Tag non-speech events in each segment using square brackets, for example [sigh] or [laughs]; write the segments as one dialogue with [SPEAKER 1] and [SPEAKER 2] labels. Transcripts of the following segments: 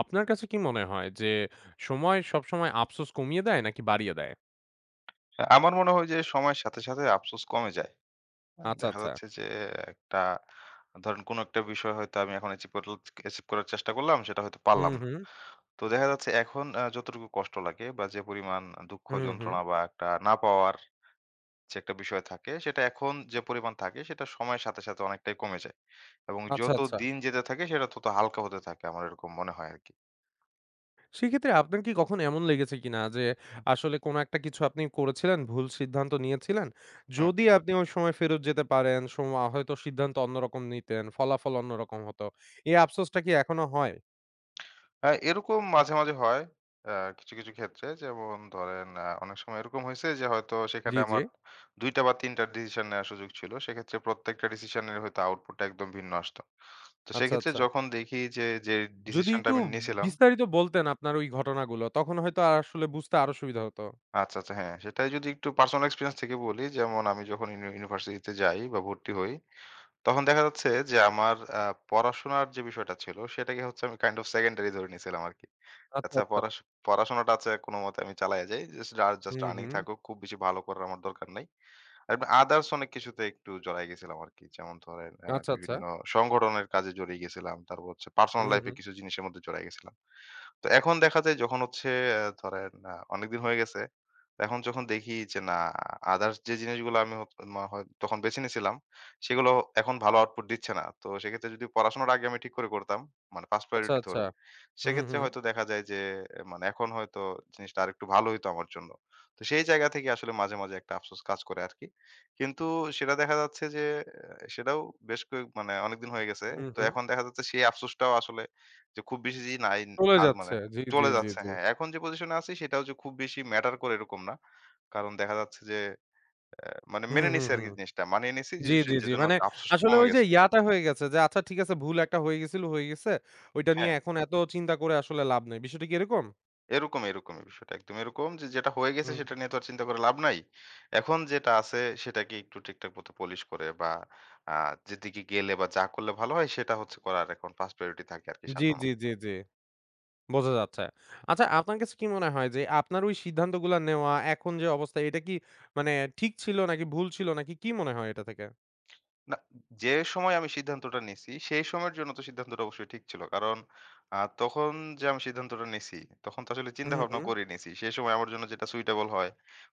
[SPEAKER 1] আপনার কাছে কি মনে হয় যে সময় সবসময় আফসোস কমিয়ে দেয় নাকি বাড়িয়ে দেয়?
[SPEAKER 2] হ্যাঁ, আমার মনে হয় যে সময়ের সাথে, সাথে আফসোস কমে যায়।
[SPEAKER 1] আচ্ছা,
[SPEAKER 2] দেখা
[SPEAKER 1] আচ্ছা।
[SPEAKER 2] যাচ্ছে যে একটা ধরেন কোনো একটা বিষয় হয়তো আমি এখন অ্যাচিভ করার চেষ্টা করলাম, সেটা হয়তো
[SPEAKER 1] হুম,
[SPEAKER 2] পারলাম না।
[SPEAKER 1] হুম,
[SPEAKER 2] তো দেখা যাচ্ছে এখন যতটুকু কষ্ট লাগে বা যে পরিমাণ দুঃখ,
[SPEAKER 1] হুম, হুম।
[SPEAKER 2] যন্ত্রণা বা একটা না পাওয়ার যে একটা বিষয় থাকে, সেটা এখন যে পরিমাণ থাকে সেটা সময়ের সাথে, সাথে অনেকটাই কমে যায়। এবং
[SPEAKER 1] আচ্ছা,
[SPEAKER 2] যত
[SPEAKER 1] আচ্ছা।
[SPEAKER 2] দিন যেতে থাকে সেটা তত হালকা হতে থাকে। আমার এরকম মনে হয় আরকি।
[SPEAKER 1] সেক্ষেত্রে আপনার কি কখনো এমন লেগেছে কিনা যে আসলে কোনো একটা কিছু আপনি করেছিলেন, ভুল সিদ্ধান্ত নিয়েছিলেন।
[SPEAKER 2] হুম।
[SPEAKER 1] যদি আপনি ওই সময় ফেরত যেতে পারেন, সময় হয়তো সিদ্ধান্ত অন্যরকম নিতেন, ফলাফল অন্যরকম হতো। এই আফসোসটা কি এখনো হয়?
[SPEAKER 2] হ্যাঁ, এরকম মাঝে, মাঝে হয়। আ কিছু, কিছু ক্ষেত্রে যেমন ধরেন অনেক সময় এরকম হইছে যে হয়তো সেখানে
[SPEAKER 1] জি, জি।
[SPEAKER 2] আমার ২ টা বা ৩ টা ডিসিশন নেওয়ার সুযোগ ছিল। সেক্ষেত্রে প্রত্যেকটা ডিসিশনের হয়তো আউটপুটটা একদম ভিন্ন আসতো। তো
[SPEAKER 1] আচ্ছা,
[SPEAKER 2] সেক্ষেত্রে
[SPEAKER 1] আচ্ছা।
[SPEAKER 2] যখন দেখি যে
[SPEAKER 1] যদি
[SPEAKER 2] ডিসিশনটা
[SPEAKER 1] একটু
[SPEAKER 2] আমি নিয়েছিলাম
[SPEAKER 1] বিস্তারিত বলতেন আপনার ওই ঘটনাগুলো তখন হয়তো আসলে বুঝতে আরো সুবিধা হতো।
[SPEAKER 2] আচ্ছা, আচ্ছা হ্যাঁ, সেটাই যদি একটু পার্সোনাল এক্সপেরিয়েন্স থেকে বলি, যেমন আমি যখন ইউনিভার্সিটিতে যাই বা ভর্তি হই, তখন দেখা যাচ্ছে যে আমার পড়াশোনার যে বিষয়টা ছিল সেটাকে হচ্ছে আমি কাইন্ড অফ সেকেন্ডারি ধরে নিয়েছিলাম আরকি।
[SPEAKER 1] আচ্ছা,
[SPEAKER 2] আচ্ছা
[SPEAKER 1] আচ্ছা।
[SPEAKER 2] পড়াশোনাটা আছে কোনমতে আমি চালাইয়া যাই। জাস্ট আর জাস্ট
[SPEAKER 1] হুম,
[SPEAKER 2] আর্নিং
[SPEAKER 1] হুম।
[SPEAKER 2] থাকুক। খুব বেশি ভালো করার আমার দরকার নাই। আর আদার্স অনেক কিছুতে একটু জড়ায় গেছিলাম আরকি। যেমন ধরেন
[SPEAKER 1] আচ্ছা, আচ্ছা।
[SPEAKER 2] বিভিন্ন সংগঠনের কাজে জড়িয়ে গেছিলাম। তারপর হচ্ছে পার্সোনাল
[SPEAKER 1] হুম,
[SPEAKER 2] লাইফ এ
[SPEAKER 1] হুম।
[SPEAKER 2] কিছু জিনিসের মধ্যে জড়ায় গেছিলাম। তো এখন দেখা যায় যখন হচ্ছে ধরেন অনেকদিন হয়ে গেছে। তো এখন যখন দেখি যে না আদার্স যে জিনিসগুলো আমি হত মা হয় তখন বেছে নিয়েছিলাম, সেগুলো এখন ভালো আউটপুট দিচ্ছে না। তো সেক্ষেত্রে যদি পড়াশোনার আগে আমি ঠিক করে করতাম, মানে 1st
[SPEAKER 1] আচ্ছা,
[SPEAKER 2] প্রায়োরিটি
[SPEAKER 1] আচ্ছা।
[SPEAKER 2] ধরে,
[SPEAKER 1] হুম,
[SPEAKER 2] সেক্ষেত্রে
[SPEAKER 1] হুম,
[SPEAKER 2] হয়তো দেখা যায় যে মানে এখন হয়তো জিনিসটা আরেকটু ভালো হইতো আমার জন্য। তো সেই জায়গা থেকে আসলে মাঝে, মাঝে একটা আফসোস কাজ করে আরকি। কিন্তু সেটা দেখা যাচ্ছে যে সেটাও বেশ কয়েক মানে অনেকদিন হয়ে গেছে।
[SPEAKER 1] হুম,
[SPEAKER 2] তো
[SPEAKER 1] হুম।
[SPEAKER 2] এখন দেখা যাচ্ছে সেই আফসোসটাও আসলে যে খুব বেশি যে নাই
[SPEAKER 1] চলে
[SPEAKER 2] আর
[SPEAKER 1] যাচ্ছে।
[SPEAKER 2] মানে
[SPEAKER 1] জি, জি,
[SPEAKER 2] চলে
[SPEAKER 1] জি,
[SPEAKER 2] যাচ্ছে
[SPEAKER 1] জি।
[SPEAKER 2] হ্যাঁ। এখন যে পজিশনে আছি সেটা হচ্ছে খুব বেশি ম্যাটার করে এরকম না। কারণ দেখা যাচ্ছে যে মানে
[SPEAKER 1] হুম,
[SPEAKER 2] মেনে
[SPEAKER 1] হুম,
[SPEAKER 2] নিছি
[SPEAKER 1] হুম।
[SPEAKER 2] আরকি জিনিসটা। মানিয়ে নিছি যে
[SPEAKER 1] জি, জি, জি।
[SPEAKER 2] যেজন্য
[SPEAKER 1] মানে
[SPEAKER 2] আফসোসটা
[SPEAKER 1] আসলে
[SPEAKER 2] কমে
[SPEAKER 1] ওই যে
[SPEAKER 2] গেছে।
[SPEAKER 1] ইয়াটা হয়ে গেছে যে আচ্ছা ঠিক আছে ভুল একটা হয়ে গেছিল, হয়ে গেছে। ওইটা নিয়ে
[SPEAKER 2] হ্যাঁ,
[SPEAKER 1] এখন এত চিন্তা করে আসলে লাভ নাই। বিষয়টা কি এরকম?
[SPEAKER 2] এরকমই বিষয়টা একদম এরকম যে যেটা হয়ে গেছে
[SPEAKER 1] হুম,
[SPEAKER 2] সেটা
[SPEAKER 1] হুম।
[SPEAKER 2] নিয়ে তো আর চিন্তা করে লাভ নাই। এখন যেটা আছে সেটাকে একটু ঠিকঠাক মতো polish করে বা আ যেদিকে গেলে বা যা করলে ভালো হয় সেটা হচ্ছে করার এখন ফার্স্ট প্রায়োরিটি থাকে আরকি
[SPEAKER 1] জি, জি,
[SPEAKER 2] সাধারণত।
[SPEAKER 1] জি, জি। বোঝা যাচ্ছে। আচ্ছা আপনার কাছে কি মনে হয় যে আপনার ওই সিদ্ধান্তগুলা নেওয়া এখন যে অবস্থা এটা কি মানে ঠিক ছিল নাকি ভুল ছিল নাকি কি মনে হয় এটা থেকে?
[SPEAKER 2] না, যে সময় আমি সিদ্ধান্তটা নিছি, সেই সময়ের জন্য তো সিদ্ধান্তটা অবশ্যই ঠিক ছিল। কারণ তখন যে আমি সিদ্ধান্তটা নিছি, তখন তো আসলে চিন্তা
[SPEAKER 1] হুম,
[SPEAKER 2] ভাবনা
[SPEAKER 1] হুম।
[SPEAKER 2] করে নিছি। সেই সময় আমার জন্য যেটা সুইটেবল হয়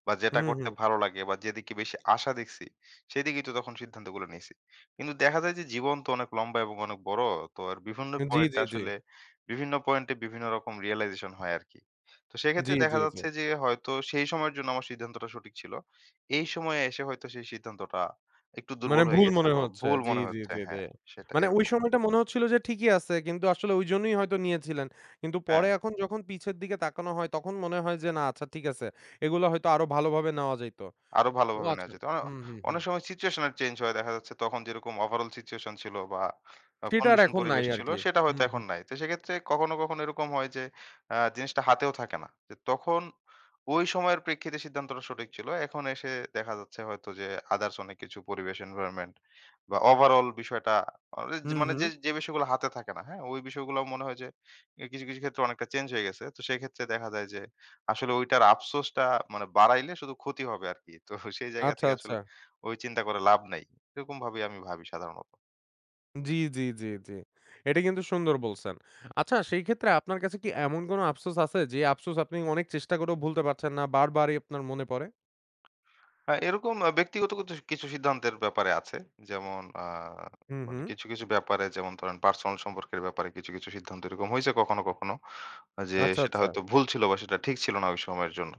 [SPEAKER 2] বা যেটা
[SPEAKER 1] হুম,
[SPEAKER 2] করতে
[SPEAKER 1] হুম।
[SPEAKER 2] ভালো লাগে বা যেদিকে বেশি আশা দেখছি, সেদিকেই তো তখন সিদ্ধান্তগুলো নিছি। কিন্তু দেখা যায় যে জীবন তো অনেক লম্বা এবং অনেক বড়। তো আর
[SPEAKER 1] জি, জি, জি।
[SPEAKER 2] বিভিন্ন পয়েন্টে বিভিন্ন রকম রিয়ালাইজেশন হয় আরকি। তো
[SPEAKER 1] জি,
[SPEAKER 2] সেক্ষেত্রে
[SPEAKER 1] জি,
[SPEAKER 2] দেখা
[SPEAKER 1] জি।
[SPEAKER 2] যাচ্ছে যে হয়তো সেই সময়ের জন্য আমার সিদ্ধান্তটা সঠিক ছিল। এই সময়ে এসে হয়তো সেই সিদ্ধান্তটা একটু
[SPEAKER 1] মানে
[SPEAKER 2] দুর্বল হয়ে
[SPEAKER 1] ভুল
[SPEAKER 2] গেছে
[SPEAKER 1] মনে
[SPEAKER 2] বা
[SPEAKER 1] হচ্ছে।
[SPEAKER 2] ভুল
[SPEAKER 1] জি,
[SPEAKER 2] মনে
[SPEAKER 1] জি,
[SPEAKER 2] হচ্ছে।
[SPEAKER 1] জি, জি।
[SPEAKER 2] হ্যাঁ, সেটা
[SPEAKER 1] মানে ওই
[SPEAKER 2] এরকম।
[SPEAKER 1] সময়টা মনে হচ্ছিল যে ঠিকই আছে। কিন্তু আসলে ওইজন্যই হয়তো নিয়েছিলেন। কিন্তু পরে
[SPEAKER 2] হ্যাঁ।
[SPEAKER 1] এখন যখন পিছের দিকে তাকানো হয় তখন মনে হয় যে না আচ্ছা ঠিক আছে। এগুলো হয়তো আরো ভালোভাবে নেওয়া যাইত।
[SPEAKER 2] আরো
[SPEAKER 1] ও
[SPEAKER 2] ভালোভাবে নেওয়া
[SPEAKER 1] আচ্ছা।
[SPEAKER 2] যেত।
[SPEAKER 1] হুম, হুম, হুম।
[SPEAKER 2] অনেক সময় সিচুয়েশনের চেঞ্জ হয়। দেখা যাচ্ছে তখন যেরকম ওভারঅল সিচুয়েশন ছিল বা
[SPEAKER 1] সেটা আর
[SPEAKER 2] কন্ডিশন
[SPEAKER 1] এখন নাই
[SPEAKER 2] পরিবেশ ছিল
[SPEAKER 1] আরকি।
[SPEAKER 2] সেটা হয়তো
[SPEAKER 1] হুম,
[SPEAKER 2] এখন
[SPEAKER 1] হুম।
[SPEAKER 2] নাই। তো সেক্ষেত্রে কখনো, কখনো এরকম হয় যে জিনিসটা হাতেও থাকে না। যে তখন ওই সময়ের প্রেক্ষিতে সিদ্ধান্তটা সঠিক ছিল। এখন এসে দেখা যাচ্ছে হয়তো যে আদারস অনেক কিছু পরিবেশ এনভায়রনমেন্ট বা ওভারঅল বিষয়টা আ যে
[SPEAKER 1] হুম,
[SPEAKER 2] মানে
[SPEAKER 1] হুম।
[SPEAKER 2] যে বিষয়গুলো হাতে থাকে না, হ্যাঁ? ওই বিষয়গুলো মনে হয় যে কিছু, কিছু ক্ষেত্রে অনেকটা চেঞ্জ হয়ে গেছে। তো সেক্ষেত্রে দেখা যায় যে আসলে ঐটার আফসোসটা মানে বাড়াইলে শুধু ক্ষতি হবে আরকি। তো সেই জায়গা
[SPEAKER 1] আচ্ছা,
[SPEAKER 2] থেকে
[SPEAKER 1] আচ্ছা।
[SPEAKER 2] আসলে ওই চিন্তা করে লাভ নাই। এরকম ভাবেই আমি ভাবি সাধারণত।
[SPEAKER 1] জি, জি, জি, জি। এটা কিন্তু সুন্দর বলছেন। আচ্ছা সেই ক্ষেত্রে আপনার কাছে কি এমন কোনো আফসোস আছে যে আফসোস আপনি অনেক চেষ্টা করেও ভুলতে পারছেন না? বারবারই আপনার মনে পড়ে?
[SPEAKER 2] এরকম ব্যক্তিগত কিছু কিছু সিদ্ধান্তের ব্যাপারে আছে। যেমন
[SPEAKER 1] হুম,
[SPEAKER 2] মানে
[SPEAKER 1] হুম।
[SPEAKER 2] কিছু, কিছু ব্যাপারে যেমন ধরেন পার্সোনাল সম্পর্কের ব্যাপারে কিছু, কিছু সিদ্ধান্ত এরকম হয়েছে কখনো, কখনো। যে
[SPEAKER 1] আচ্ছা,
[SPEAKER 2] সেটা
[SPEAKER 1] আচ্ছা।
[SPEAKER 2] হয়তো ভুল ছিল বা সেটা ঠিক ছিল না ওই সময়ের জন্য।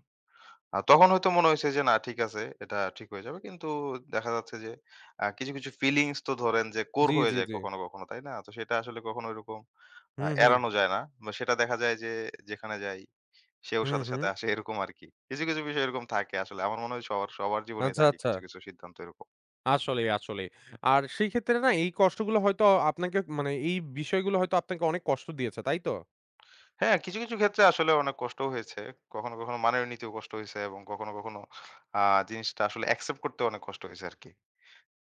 [SPEAKER 2] তখন হয়তো মনে হইছে যে না ঠিক আছে, এটা ঠিক হয়ে যাবে। কিন্তু দেখা যাচ্ছে যে কিছু, কিছু ফিলিংস তো ধরেন যে কোর
[SPEAKER 1] জি,
[SPEAKER 2] হয়ে
[SPEAKER 1] জি,
[SPEAKER 2] যায়
[SPEAKER 1] জি।
[SPEAKER 2] কখনো, কখনো, তাই না? তো সেটা আসলে কখনো ওইরকম
[SPEAKER 1] হুম, হুম।
[SPEAKER 2] এড়ানো যায় না। বা সেটা দেখা যায় যে যেখানে যাই সেও
[SPEAKER 1] হুম,
[SPEAKER 2] সাথে,
[SPEAKER 1] হুম।
[SPEAKER 2] সাথে আসে এরকম আরকি। কিছু, কিছু বিষয় এরকম থাকে আসলে। আমার মনে হয় সবার, সবার জীবনেই
[SPEAKER 1] আচ্ছা,
[SPEAKER 2] থাকে
[SPEAKER 1] আচ্ছা।
[SPEAKER 2] কিছু, কিছু সিদ্ধান্ত এরকম।
[SPEAKER 1] আসলেই, আসলেই। আর সেই ক্ষেত্রে না এই কষ্টগুলো হয়তো আপনাকে মানে এই বিষয়গুলো হয়তো আপনাকে অনেক কষ্ট দিয়েছে, তাই তো?
[SPEAKER 2] হ্যাঁ, কিছু, কিছু ক্ষেত্রে আসলে অনেক কষ্ট হয়েছে। কখনো, কখনো মানিয়ে নিতেও কষ্ট হইছে এবং কখনো, কখনো আ জিনিসটা আসলে অ্যাকসেপ্ট করতেও অনেক কষ্ট হইছে আরকি।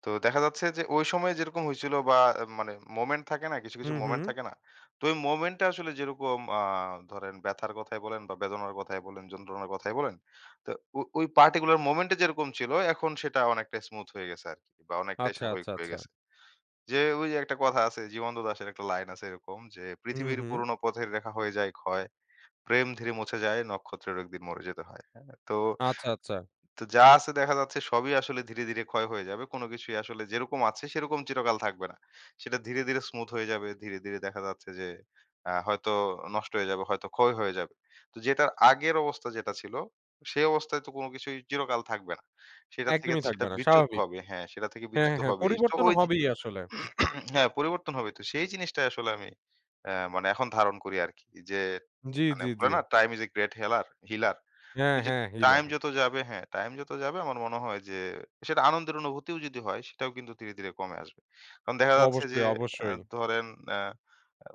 [SPEAKER 2] তো দেখা যাচ্ছে যে ওই সময়ে যেরকম হয়েছিল বা মানে মোমেন্ট থাকে না কিছু, কিছু
[SPEAKER 1] হুম, হুম।
[SPEAKER 2] মোমেন্ট থাকে না? তো ওই মোমেন্টে আসলে যেরকম ধরেন ব্যথার কথাই বলেন বা বেদনার কথাই বলেন, যন্ত্রণার কথাই বলেন। তো ওই পার্টিকুলার মোমেন্টে যেরকম ছিল এখন সেটা অনেকটা স্মুথ হয়ে গেছে আরকি বা অনেকটাই
[SPEAKER 1] আচ্ছা,
[SPEAKER 2] স্বাভাবিক
[SPEAKER 1] আচ্ছা,
[SPEAKER 2] হয়ে
[SPEAKER 1] আচ্ছা।
[SPEAKER 2] গেছে। যে ওই যে একটা কথা আছে জীবন্ত দাশের একটা লাইন আছে এরকম যে,
[SPEAKER 1] হুম,
[SPEAKER 2] "পৃথিবীর
[SPEAKER 1] হুম।
[SPEAKER 2] পুরোনো পথের রেখা হয়ে যায় ক্ষয়, প্রেম ধীরে মুছে যায়, নক্ষত্রেরও একদিন মরে যেতে হয়।" হ্যাঁ? তো
[SPEAKER 1] আচ্ছা, আচ্ছা।
[SPEAKER 2] তো যা আছে দেখা যাচ্ছে সবই আসলে ধীরে ধীরে ক্ষয় হয়ে যাবে। কোনো কিছুই আসলে যেরকম আছে সেরকম চিরকাল থাকবে না। সেটা ধীরে, ধীরে স্মুথ হয়ে যাবে। ধীরে, ধীরে দেখা যাচ্ছে যে হয়তো নষ্ট হয়ে যাবে, হয়তো ক্ষয় হয়ে যাবে। তো যেটার আগের অবস্থা যেটা ছিল, সেই অবস্থায় তো কোনো কিছুই চিরকাল থাকবে না। সেটা থেকে
[SPEAKER 1] একদমই থাকবে
[SPEAKER 2] সেটা
[SPEAKER 1] না।
[SPEAKER 2] বিচ্যুত
[SPEAKER 1] স্বাভাবিক।
[SPEAKER 2] হবে। হ্যাঁ, সেটা থেকে
[SPEAKER 1] হ্যাঁ,
[SPEAKER 2] বিচ্যুত
[SPEAKER 1] হ্যাঁ, হ্যাঁ।
[SPEAKER 2] হবেই। তো
[SPEAKER 1] পরিবর্তন
[SPEAKER 2] ওই যে
[SPEAKER 1] হবেই আসলে।
[SPEAKER 2] [clears throat] হ্যাঁ, পরিবর্তন হবে। তো সেই জিনিসটাই আসলে আমি মানে এখন ধারণ করি আরকি। যে
[SPEAKER 1] জি,
[SPEAKER 2] মানে
[SPEAKER 1] জি, জি।
[SPEAKER 2] বলে না time is a great healer.
[SPEAKER 1] হ্যাঁ,
[SPEAKER 2] ওই যে
[SPEAKER 1] হ্যাঁ,
[SPEAKER 2] টাইম
[SPEAKER 1] হিলার।
[SPEAKER 2] যত যাবে হ্যাঁ, টাইম যত যাবে আমার মনে হয় যে সেটা আনন্দের অনুভূতিও যদি হয় সেটাও কিন্তু ধীরে, ধীরে কমে আসবে। কারণ দেখা যাচ্ছে যে
[SPEAKER 1] অবশ্যই,
[SPEAKER 2] আ
[SPEAKER 1] অবশ্যই।
[SPEAKER 2] ধরেন আ আ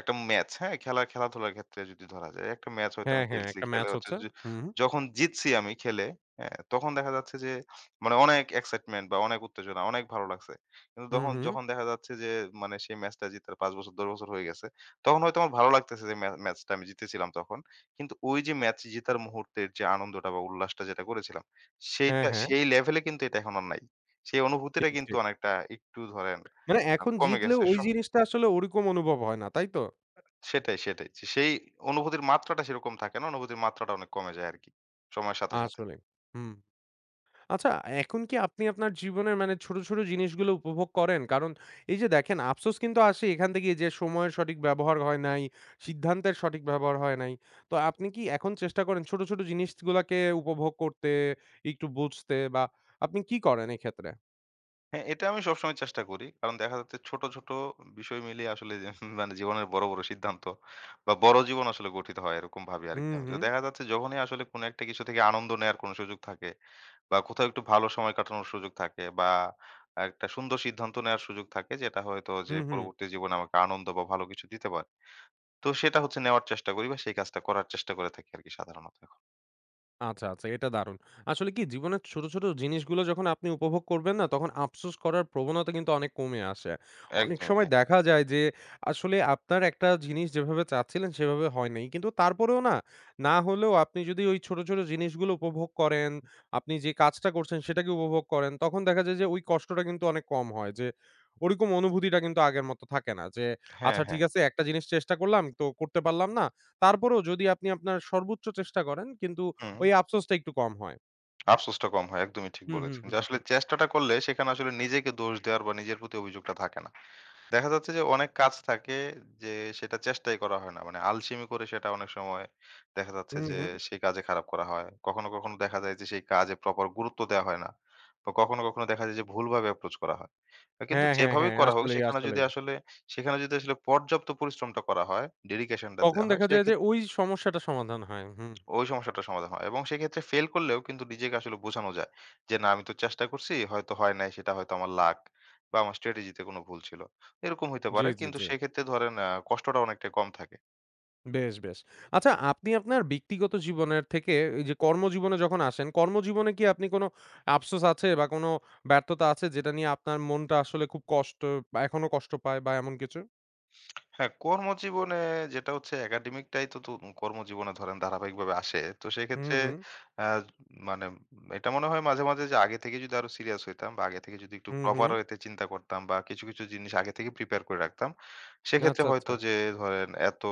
[SPEAKER 2] একটা ম্যাচ, হ্যাঁ? খেলাধুলার ক্ষেত্রে যদি ধরা যায়, একটা ম্যাচ হয়তো
[SPEAKER 1] হ্যাঁ,
[SPEAKER 2] আমি
[SPEAKER 1] হ্যাঁ,
[SPEAKER 2] খেলছি।
[SPEAKER 1] একটা
[SPEAKER 2] খেলে
[SPEAKER 1] ম্যাচ
[SPEAKER 2] হচ্ছে
[SPEAKER 1] হচ্ছে।
[SPEAKER 2] যে
[SPEAKER 1] হুম,
[SPEAKER 2] যখন জিতছি আমি খেলে, হ্যাঁ? তখন দেখা যাচ্ছে যে মানে অনেক এক্সাইটমেন্ট বা অনেক উত্তেজনা, অনেক ভালো লাগছে। কিন্তু
[SPEAKER 1] হুম,
[SPEAKER 2] তখন
[SPEAKER 1] হুম।
[SPEAKER 2] যখন দেখা যাচ্ছে যে মানে সেই ম্যাচটা জিতার ৫ বছর ১০ বছর হয়ে গেছে, তখন হয়তো আমার ভালো লাগতেছে যে ম্যাচটা আমি জিতেছিলাম তখন। কিন্তু ওই যে ম্যাচ জেতার মুহূর্তের যে আনন্দটা বা উল্লাসটা যেটা করেছিলাম,
[SPEAKER 1] হ্যাঁ,
[SPEAKER 2] সেইটা
[SPEAKER 1] হ্যাঁ।
[SPEAKER 2] সেই লেভেলে কিন্তু এটা এখন আর নাই। সেই
[SPEAKER 1] ঠিক,
[SPEAKER 2] অনুভূতিটা কিন্তু
[SPEAKER 1] ঠিক।
[SPEAKER 2] অনেকটা একটু ধরেন
[SPEAKER 1] মানে এখন
[SPEAKER 2] কমে
[SPEAKER 1] জিতলেও
[SPEAKER 2] গেছে।
[SPEAKER 1] ওই জিনিসটা আসলে ওরকম অনুভব হয় না, তাই তো?
[SPEAKER 2] সেটাই। যে সেই অনুভূতির মাত্রাটা সেরকম থাকে না। অনুভূতির মাত্রাটা অনেক কমে যায় আরকি সময়ের সাথে, সাথে।
[SPEAKER 1] আসলেই। হুম। আচ্ছা, এখন কি আপনি আপনার জীবনের মানে ছোট, ছোট জিনিসগুলো উপভোগ করেন? কারণ এই যে দেখেন আফসোস কিন্তু আসে এখান থেকেই যে সময়ের সঠিক ব্যবহার হয় নাই, সিদ্ধান্তের সঠিক ব্যবহার হয় নাই। তো আপনি কি এখন চেষ্টা করেন ছোট, ছোট জিনিসগুলাকে উপভোগ করতে, একটু বুঝতে বা আপনি কি করেন এক্ষেত্রে?
[SPEAKER 2] হ্যাঁ, এটা আমি সবসময় চেষ্টা করি। কারণ দেখা যাচ্ছে ছোট, ছোট বিষয় মিলিয়ে আসলে যে [laughs] মানে জীবনের বড়, বড় সিদ্ধান্ত বা বড় জীবন আসলে গঠিত হয় এরকম ভাবি আরকি
[SPEAKER 1] হুম,
[SPEAKER 2] আমি। তো
[SPEAKER 1] হুম।
[SPEAKER 2] দেখা যাচ্ছে যখনই আসলে কোনো একটা কিছু থেকে আনন্দ নেয়ার কোনো সুযোগ থাকে বা কোথাও একটু ভালো সময় কাটানোর সুযোগ থাকে বা একটা সুন্দর সিদ্ধান্ত নেওয়ার সুযোগ থাকে যেটা হয়তো যে
[SPEAKER 1] হুম, হুম।
[SPEAKER 2] পরবর্তী জীবনে আমাকে আনন্দ বা ভালো কিছু দিতে পারে। তো সেটা হচ্ছে নেওয়ার চেষ্টা করি বা সেই কাজটা করার চেষ্টা করে থাকি আরকি সাধারণত এখন।
[SPEAKER 1] আচ্ছা, আচ্ছা। এটা দারুণ। আসলে কি জীবনের ছোট, ছোট জিনিসগুলো যখন আপনি উপভোগ করবেন না, তখন আফসোস করার প্রবণতা কিন্তু অনেক কমে আসে। অনেক
[SPEAKER 2] একদমই
[SPEAKER 1] সময়
[SPEAKER 2] হ্যাঁ।
[SPEAKER 1] দেখা যায় যে, আসলে আপনার একটা জিনিস যেভাবে চাচ্ছিলেন সেভাবে হয় নাই। কিন্তু তারপরেও না, না হলেও আপনি যদি ওই ছোট, ছোট জিনিসগুলো উপভোগ করেন, আপনি যে কাজটা করছেন সেটাকে উপভোগ করেন, তখন দেখা যায় যে ওই কষ্টটা কিন্তু অনেক কম হয়। যে ওরকম অনুভূতিটা কিন্তু আগের মতো থাকে না। যে
[SPEAKER 2] হ্যাঁ,
[SPEAKER 1] আচ্ছা ঠিক
[SPEAKER 2] হ্যাঁ।
[SPEAKER 1] আছে একটা জিনিস চেষ্টা করলাম, তো করতে পারলাম না। তারপরেও যদি আপনি আপনার সর্বোচ্চ চেষ্টা করেন কিন্তু
[SPEAKER 2] হুম।
[SPEAKER 1] ওই আফসোসটা একটু কম হয়।
[SPEAKER 2] আফসোসটা কম হয়। একদমই ঠিক
[SPEAKER 1] হুম, হুম,
[SPEAKER 2] বলেছেন।
[SPEAKER 1] হুম,
[SPEAKER 2] যে আসলে
[SPEAKER 1] হুম।
[SPEAKER 2] চেষ্টাটা করলে সেখানে আসলে নিজেকে দোষ দেওয়ার বা নিজের প্রতি অভিযোগটা থাকে না। দেখা যাচ্ছে যে অনেক কাজ থাকে যে সেটা চেষ্টাই করা হয় না। মানে আলসেমি করে সেটা অনেক সময় দেখা যাচ্ছে
[SPEAKER 1] হুম,
[SPEAKER 2] যে
[SPEAKER 1] হুম।
[SPEAKER 2] সেই কাজে খারাপ করা হয়। কখনো, কখনো দেখা যায় যে সেই কাজে প্রপার গুরুত্ব দেওয়া হয় না। বা কখনো, কখনো দেখা যায় যে ভুলভাবে অ্যাপ্রোচ করা হয়। কিন্তু
[SPEAKER 1] হ্যাঁ, হ্যাঁ,
[SPEAKER 2] যেভাবেই
[SPEAKER 1] হ্যাঁ।
[SPEAKER 2] করা হোক
[SPEAKER 1] আসলেই, আসলেই।
[SPEAKER 2] সেখানে যদি আসলে পর্যাপ্ত পরিশ্রমটা করা হয়, ডেডিকেশনটা
[SPEAKER 1] তখন
[SPEAKER 2] দেওয়া হয়
[SPEAKER 1] দেখা যায় যে
[SPEAKER 2] সেক্ষেত্রে
[SPEAKER 1] ওই সমস্যাটা সমাধান হয়। হুম।
[SPEAKER 2] ওই সমস্যাটা সমাধান হয় এবং সেক্ষেত্রে ফেল করলেও কিন্তু নিজেকে আসলে বোঝানো যায় যে না আমি তো চেষ্টা করছি হয়তো হয় নাই সেটা হয়তো আমার লাক বা আমার স্ট্র্যাটেজিতে কোনো ভুল ছিল এরকম হতে
[SPEAKER 1] জি,
[SPEAKER 2] পারে
[SPEAKER 1] জি,
[SPEAKER 2] কিন্তু
[SPEAKER 1] জি।
[SPEAKER 2] সেক্ষেত্রে ধরেন আহ, কষ্টটা অনেকটা কম থাকে
[SPEAKER 1] বেশ, বেশ। আচ্ছা আপনি আপনার ব্যক্তিগত জীবনের থেকে এই যে কর্মজীবনে যখন আসেন, কর্মজীবনে কি আপনি কোনো আফসোস আছে বা কোনো ব্যর্থতা আছে যেটা নিয়ে আপনার মনটা আসলে খুব কষ্ট বা এখনো কষ্ট পায় বা এমন কিছু?
[SPEAKER 2] হ্যাঁ, কর্মজীবনে যেটা হচ্ছে একাডেমিকটাই তো তু কর্মজীবনে ধরেন ধারাবাহিকভাবে আসে। তো
[SPEAKER 1] হুম,
[SPEAKER 2] সেক্ষেত্রে
[SPEAKER 1] হুম।
[SPEAKER 2] অ্যা মানে এটা মনে হয় মাঝে, মাঝে যে আগে থেকে যদি আরো সিরিয়াস হইতাম বা আগে থেকে যদি একটু
[SPEAKER 1] হুম, হুম।
[SPEAKER 2] প্রপার ওয়েতে চিন্তা করতাম বা কিছু, কিছু জিনিস আগে থেকে প্রিপেয়ার করে রাখতাম। সেক্ষেত্রে
[SPEAKER 1] আচ্ছা, আচ্ছা।
[SPEAKER 2] হয়তো যে ধরেন এত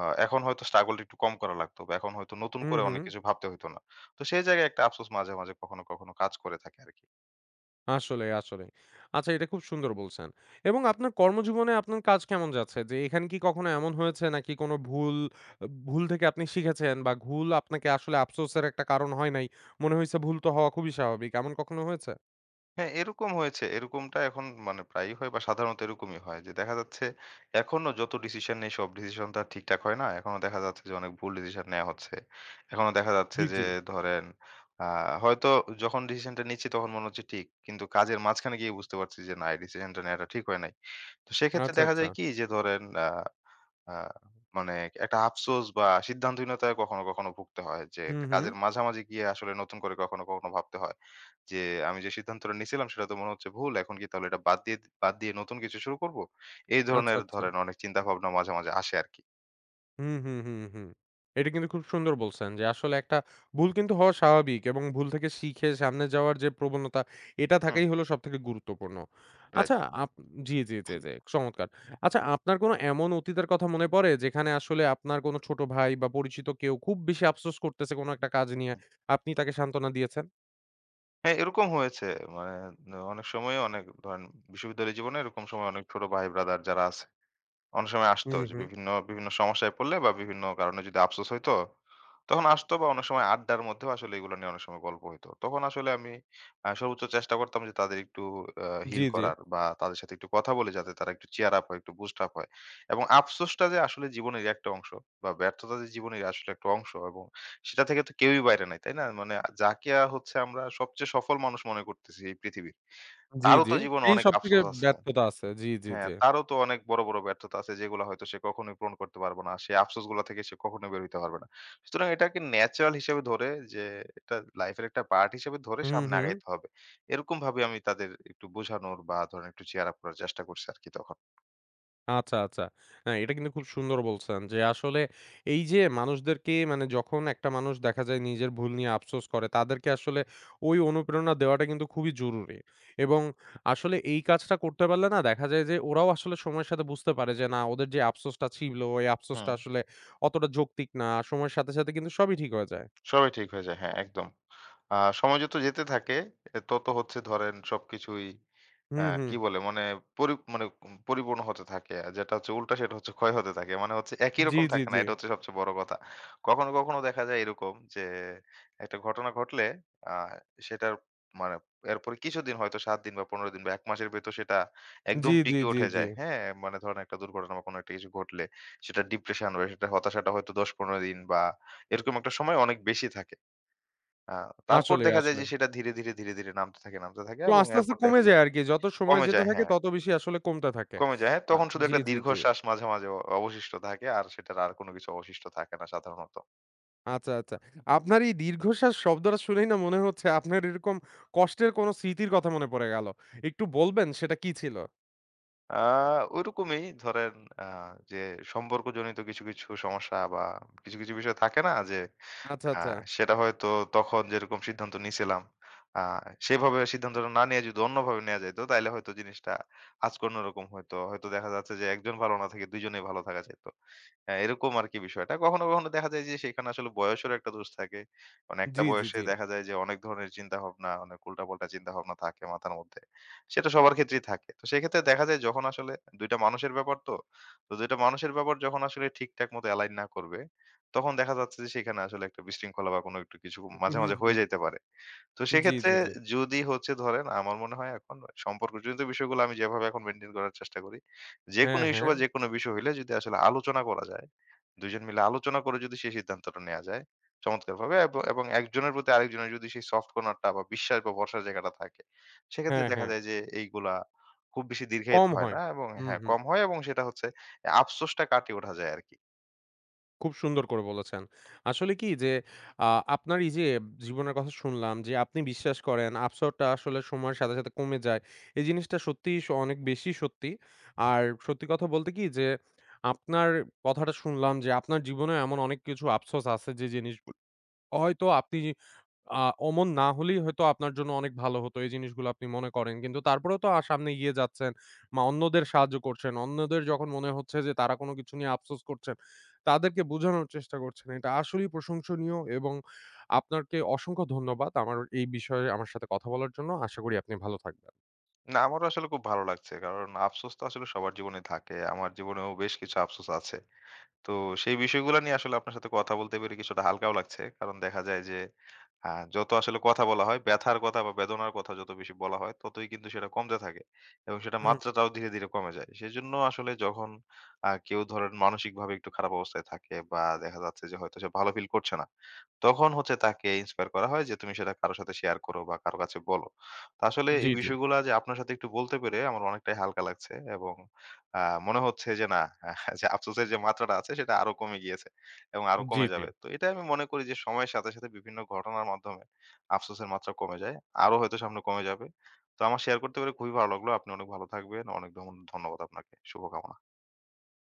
[SPEAKER 2] এখন হয়তো স্ট্রাগলটা একটু কম করা লাগতো বা এখন হয়তো নতুন
[SPEAKER 1] হুম,
[SPEAKER 2] করে
[SPEAKER 1] হুম।
[SPEAKER 2] অনেক কিছু ভাবতে হইতো না। তো সেই জায়গায় একটা আফসোস মাঝে, মাঝে কখনো, কখনো কাজ করে থাকে আরকি।
[SPEAKER 1] আসলেই, আসলেই। আচ্ছা এটা খুব সুন্দর বলছেন। এবং আপনার কর্মজীবনে আপনার কাজ কেমন যাচ্ছে? যে এখানে কি কখনো এমন হয়েছে নাকি কোনো ভুল ভুল থেকে আপনি শিখেছেন বা ভুল আপনাকে আসলে আফসোসের একটা কারণ হয় নাই। মনে হইছে ভুল তো হওয়া খুবই স্বাভাবিক। এমন কখনো হয়েছে?
[SPEAKER 2] হ্যাঁ, এরকম হয়েছে। এরকমটা এখন মানে প্রায়ই হয় বা সাধারণত এরকমই হয় যে দেখা যাচ্ছে এখনো যত ডিসিশন নেই সব ডিসিশন তো আর ঠিকঠাক হয় না। এখনো দেখা যাচ্ছে যে অনেক ভুল ডিসিশন নেয়া হচ্ছে। এখনো দেখা যাচ্ছে
[SPEAKER 1] জি,
[SPEAKER 2] যে
[SPEAKER 1] জি।
[SPEAKER 2] ধরেন আ হয়তো যখন ডিসিশনটা নিচ্ছি তখন মনে হচ্ছে ঠিক। কিন্তু কাজের মাঝখানে গিয়ে বুঝতে পারছি যে না এই ডিসিশনটা নেয়াটা ঠিক হয় নাই। তো সেক্ষেত্রে
[SPEAKER 1] আচ্ছা,
[SPEAKER 2] দেখা
[SPEAKER 1] আচ্ছা।
[SPEAKER 2] যায় কি যে ধরেন আ আ মানে একটা আফসোস বা সিদ্ধান্তহীনতায় কখনো, কখনো ভুগতে হয় যে
[SPEAKER 1] হুম,
[SPEAKER 2] একটা
[SPEAKER 1] হুম।
[SPEAKER 2] কাজের মাঝামাঝি গিয়ে আসলে নতুন করে কখনো, কখনো ভাবতে হয়। যে আমি যে সিদ্ধান্তটা নিছিলাম সেটা তো মনে হচ্ছে ভুল। এখন কি তাহলে এটা বাদ দিয়ে নতুন কিছু শুরু করব? এই
[SPEAKER 1] আচ্ছা,
[SPEAKER 2] ধরনের
[SPEAKER 1] আচ্ছা।
[SPEAKER 2] ধরেন অনেক চিন্তা ভাবনা মাঝে, মাঝে আসে আরকি।
[SPEAKER 1] হুম, হুম, হুম, হুম। এটা কিন্তু খুব সুন্দর বলছেন যে আসলে একটা ভুল কিন্তু হওয়া স্বাভাবিক এবং ভুল থেকে শিখে সামনে যাওয়ার যে প্রবণতা এটা
[SPEAKER 2] হুম,
[SPEAKER 1] থাকাই হলো সবথেকে গুরুত্বপূর্ণ।
[SPEAKER 2] রাইট।
[SPEAKER 1] আচ্ছা আপ জি, জি, জি, জি, চমৎকার। আচ্ছা আপনার কোনো এমন অতীতের কথা মনে পড়ে যেখানে আসলে আপনার কোনো ছোট ভাই বা পরিচিত কেউ খুব বেশি আফসোস করতেছে কোনো একটা কাজ নিয়ে, আপনি তাকে সান্ত্বনা দিয়েছেন?
[SPEAKER 2] হ্যাঁ, এরকম হয়েছে। মানে অনেক সময় অনেক ধরেন বিশ্ববিদ্যালয় জীবনে এরকম সময় অনেক ছোট ভাই ব্রাদার যারা আছে অনেক সময় আসতো
[SPEAKER 1] হুম,
[SPEAKER 2] যে
[SPEAKER 1] হুম।
[SPEAKER 2] বিভিন্ন, বিভিন্ন সমস্যায় পড়লে বা বিভিন্ন কারণে যদি আফসোস হইতো, তখন আসতো বা অনেক সময় আড্ডার মধ্যেও আসলে এগুলো নিয়ে অনেক সময় গল্প হইতো। তখন আসলে আমি সর্বোচ্চ চেষ্টা করতাম যে তাদের একটু
[SPEAKER 1] জি,
[SPEAKER 2] হিল
[SPEAKER 1] জি,
[SPEAKER 2] করার বা তাদের সাথে একটু কথা বলে যাতে তারা একটু cheer up হয়, একটু boost up হয়। এবং আফসোসটা যে আসলে জীবনেরই একটা অংশ বা ব্যর্থতা যে জীবনের আসলে একটা অংশ এবং সেটা থেকে তো কেউই বাইরে নাই, তাই না? মানে যাকে হচ্ছে আমরা সবচেয়ে সফল মানুষ মনে করতেছি এই পৃথিবীর,
[SPEAKER 1] জি,
[SPEAKER 2] তারও
[SPEAKER 1] জি।
[SPEAKER 2] তো জীবনে
[SPEAKER 1] সেই
[SPEAKER 2] অনেক
[SPEAKER 1] সবথেকে
[SPEAKER 2] আফসোস আছে।
[SPEAKER 1] ব্যর্থতা আছে। জি, জি,
[SPEAKER 2] হ্যাঁ,
[SPEAKER 1] জি।
[SPEAKER 2] তারও তো অনেক বড়, বড় ব্যর্থতা আছে যেগুলা হয়তো সে কখনোই পূরণ করতে পারবে না। সেই আফসোসগুলা থেকে সে কখনোই বের হইতে পারবে না। সুতরাং এটাকে ন্যাচারাল হিসেবে ধরে যে এটা লাইফের একটা পার্ট হিসেবে ধরে
[SPEAKER 1] হুম,
[SPEAKER 2] সামনে
[SPEAKER 1] হুম।
[SPEAKER 2] আগাইতে হবে। এরকমভাবে আমি তাদের একটু বোঝানোর বা ধরেন একটু cheer up করার চেষ্টা করছি আরকি তখন।
[SPEAKER 1] আচ্ছা, আচ্ছা। না, এটা কিন্তু খুব সুন্দর বলছেন যে আসলে এই যে মানুষদেরকে মানে যখন একটা মানুষ দেখা যায় নিজের ভুল নিয়ে আফসোস করে, তাদেরকে আসলে ওই অনুপ্রেরণা দেওয়াটা কিন্তু খুবই জরুরি। এবং আসলে এই কাজটা করতে পারলে না দেখা যায় যে ওরাও আসলে সময়ের সাথে বুঝতে পারে যে না ওদের যে আফসোসটা ছিল, এই আফসোসটা
[SPEAKER 2] হুম।
[SPEAKER 1] আসলে অতটা যৌক্তিক না। সময়ের সাথে, সাথে কিন্তু সবই ঠিক হয়ে যায়।
[SPEAKER 2] সবই ঠিক হয়ে যায়। হ্যাঁ, একদম। আ সময় যত যেতে থাকে এ তত হচ্ছে ধরেন সবকিছুই
[SPEAKER 1] হুম, হুম।
[SPEAKER 2] কি বলে? মানে পরি মানে উম পরিপূর্ণ হতে থাকে। আর যেটা হচ্ছে উল্টা সেটা হচ্ছে ক্ষয় হতে থাকে। মানে হচ্ছে একই
[SPEAKER 1] জি,
[SPEAKER 2] রকম
[SPEAKER 1] জি,
[SPEAKER 2] থাকে না।
[SPEAKER 1] জি।
[SPEAKER 2] এটা হচ্ছে সবচেয়ে বড় কথা। কখনো, কখনো দেখা যায় এরকম যে একটা ঘটনা ঘটলে আ সেটার মানে এরপরে কিছুদিন হয়তো ৭ দিন বা ১৫ দিন বা ১ মাসের ভেতর সেটা
[SPEAKER 1] জি,
[SPEAKER 2] একদম
[SPEAKER 1] জি,
[SPEAKER 2] পিকে
[SPEAKER 1] জি,
[SPEAKER 2] উঠে
[SPEAKER 1] জি।
[SPEAKER 2] যায়। হ্যাঁ? মানে ধরেন একটা দুর্ঘটনা বা কোনো একটা কিছু ঘটলে সেটার ডিপ্রেশন বা সেটার হতাশাটা হয়তো ১০-১৫ দিন বা এরকম একটা সময় অনেক বেশি থাকে। আ তারপর
[SPEAKER 1] আসলেই,
[SPEAKER 2] দেখা যায় যে
[SPEAKER 1] আসলেই।
[SPEAKER 2] সেটা ধীরে, ধীরে, ধীরে, ধীরে নামতে থাকে, নামতে থাকে
[SPEAKER 1] তো
[SPEAKER 2] এবং
[SPEAKER 1] আস্তে, আস্তে
[SPEAKER 2] এরপর
[SPEAKER 1] কমে
[SPEAKER 2] দেখা যায়
[SPEAKER 1] যায় আরকি। যত সময়
[SPEAKER 2] কমে
[SPEAKER 1] যেতে
[SPEAKER 2] যায়
[SPEAKER 1] থাকে
[SPEAKER 2] হ্যাঁ,
[SPEAKER 1] তত বেশি আসলে কমতে থাকে।
[SPEAKER 2] কমে যায়। হ্যাঁ,
[SPEAKER 1] আ
[SPEAKER 2] তখন শুধু
[SPEAKER 1] জি,
[SPEAKER 2] একটা
[SPEAKER 1] জি, জি।
[SPEAKER 2] দীর্ঘশ্বাস মাঝে, মাঝে, অবশিষ্ট থাকে। আর সেটার আর কোনো কিছু অবশিষ্ট থাকে না সাধারণত।
[SPEAKER 1] আচ্ছা, আচ্ছা। আপনার এই দীর্ঘশ্বাস শব্দটা শুনেই না মনে হচ্ছে আপনার এরকম কষ্টের কোনো স্মৃতির কথা মনে পড়ে গেল। একটু বলবেন সেটা কি ছিল?
[SPEAKER 2] আ ওইরকমই ধরেন আ যে সম্পর্কজনিত কিছু, কিছু, সমস্যা বা কিছু, কিছু, বিষয় থাকে না যে
[SPEAKER 1] আচ্ছা, আচ্ছা।
[SPEAKER 2] হ্যাঁ, সেটা হয়তো তখন যেরকম সিদ্ধান্ত নিছিলাম, আ সেভাবে সিদ্ধান্তটা না নিয়ে যদি অন্যভাবে নেয়া যাইত, তাইলে হয়তো জিনিসটা আজকে অন্যরকম হইতো। হয়তো দেখা যাচ্ছে যে একজন ভালো না থেকে দুইজনেই ভালো থাকা যাইত। এরকম আরকি বিষয়টা। কখনো, কখনো দেখা যায় যে সেখানে আসলে বয়সেরও একটা দোষ থাকে। মানে একটা
[SPEAKER 1] জি, জি,
[SPEAKER 2] বয়সে
[SPEAKER 1] জি।
[SPEAKER 2] দেখা যায় যে অনেক ধরনের চিন্তাভাবনা, অনেক উল্টাপাল্টা চিন্তাভাবনা থাকে মাথার মধ্যে। সেটা সবার ক্ষেত্রেই থাকে। তো সেক্ষেত্রে দেখা যায় যখন আসলে ২ টা মানুষের ব্যাপার তো। তো ২ টা মানুষের ব্যাপার যখন আসলে ঠিকঠাক মতো এলাইন না করবে তখন দেখা যাচ্ছে যে সেখানে আসলে একটা বিশৃঙ্খলা বা কোনো একটু কিছু মাঝে,
[SPEAKER 1] হুম,
[SPEAKER 2] মাঝে হয়ে
[SPEAKER 1] হুম।
[SPEAKER 2] যাইতে পারে। তো
[SPEAKER 1] জি,
[SPEAKER 2] সেক্ষেত্রে
[SPEAKER 1] জি, জি।
[SPEAKER 2] যদি হচ্ছে ধরেন আমার মনে হয় এখন সম্পর্কজনিত বিষয়গুলো আমি যেভাবে এখন মেইনটেইন করার চেষ্টা করি।
[SPEAKER 1] হ্যাঁ,
[SPEAKER 2] যেকোনো ইস্যু
[SPEAKER 1] হ্যাঁ।
[SPEAKER 2] বা যেকোনো বিষয় হইলে যদি আসলে আলোচনা করা যায়, ২ জন মিলে আলোচনা করে যদি সেই সিদ্ধান্তটা নেয়া যায় চমৎকারভাবে এব এবং এবং একজনের প্রতি আরেকজনের যদি সেই সফট কর্নার টা বা বিশ্বাস বা ভরসার জায়গাটা থাকে, সেক্ষেত্রে
[SPEAKER 1] হ্যাঁ,
[SPEAKER 2] দেখা
[SPEAKER 1] হ্যাঁ।
[SPEAKER 2] যায় যে এইগুলা খুব বেশি দীর্ঘায়িত
[SPEAKER 1] কম
[SPEAKER 2] হয়
[SPEAKER 1] হয়।
[SPEAKER 2] না এবং
[SPEAKER 1] হুম,
[SPEAKER 2] হ্যাঁ,
[SPEAKER 1] হুম।
[SPEAKER 2] কম হয় এবং সেটা হচ্ছে আফসোসটা কাটিয়ে ওঠা যায় আরকি।
[SPEAKER 1] খুব সুন্দর করে বলেছেন। আসলে কি যে আ আপনার এই যে জীবনের কথা শুনলাম যে আপনি বিশ্বাস করেন আফসোসটা আসলে সময়ের সাথে, সাথে কমে যায়। এই জিনিসটা সত্যিই অনেক বেশি সত্যি। আর সত্যি কথা বলতে কি যে আপনার কথাটা শুনলাম যে আপনার জীবনেও এমন অনেক কিছু আফসোস আছে যে জিনিস হয়তো আপনি আ অমন না হলেই হয়তো আপনার জন্য অনেক ভালো হতো। এই জিনিসগুলো আপনি মনে করেন। কিন্তু তারপরেও তো সামনে এগিয়ে যাচ্ছেন। অন্যদের সাহায্য করছেন। অন্যদের যখন মনে হচ্ছে যে তারা কোনো কিছু নিয়ে আফসোস করছেন, তাদেরকে বোঝানোর চেষ্টা করছেন। এটা আসলেই প্রশংসনীয় এবং আপনাকে অসংখ্য ধন্যবাদ আমার এই বিষয়ে আমার সাথে কথা বলার জন্য। আশা করি আপনি ভালো থাকবেন।
[SPEAKER 2] না, আমারও আসলে খুব ভালো লাগছে। কারণ আফসোস তো আসলে সবার জীবনে থাকে। আমার জীবনেও বেশ কিছু আফসোস আছে। তো সেই বিষয়গুলা নিয়ে আসলে আপনার সাথে কথা বলতে পেরে কিছুটা হালকাও লাগছে। কারণ দেখা যায় যে হ্যাঁ, যত আসলে কথা বলা হয়, ব্যথার কথা বা বেদনার কথা যত বেশি বলা হয়, ততই কিন্তু সেটা কমতে থাকে এবং সেটার
[SPEAKER 1] হুম,
[SPEAKER 2] মাত্রাটাও ধীরে, ধীরে কমে যায়। সেজন্য আসলে যখন কেউ ধরেন মানসিকভাবে একটু খারাপ অবস্থায় থাকে বা দেখা যাচ্ছে যে হয়তো সে ভালো ফিল করছে না, তখন হচ্ছে তাকে ইন্সপায়ার করা হয় যে তুমি সেটা কারো সাথে শেয়ার করো বা কারো কাছে বলো। তো আসলে
[SPEAKER 1] জি,
[SPEAKER 2] এই
[SPEAKER 1] জি,
[SPEAKER 2] বিষয়গুলা যে আপনার সাথে একটু বলতে পেরে আমার অনেকটাই হালকা লাগছে এবং আ মনে হচ্ছে যে না আহ, যে আফসোসের যে মাত্রাটা আছে সেটা আরো কমে গিয়েছে। এবং আরো
[SPEAKER 1] জি,
[SPEAKER 2] কমে
[SPEAKER 1] জি।
[SPEAKER 2] যাবে। তো এটাই আমি মনে করি যে সময়ের সাথে, সাথে বিভিন্ন ঘটনার মাধ্যমে আফসোসের মাত্রা কমে যায়। আরো হয়তো সামনে কমে যাবে। তো আমার শেয়ার করতে পেরে খুবই ভালো লাগলো। আপনি অনেক ভালো থাকবেন। অনেক ধন্যবাদ আপনাকে। শুভকামনা।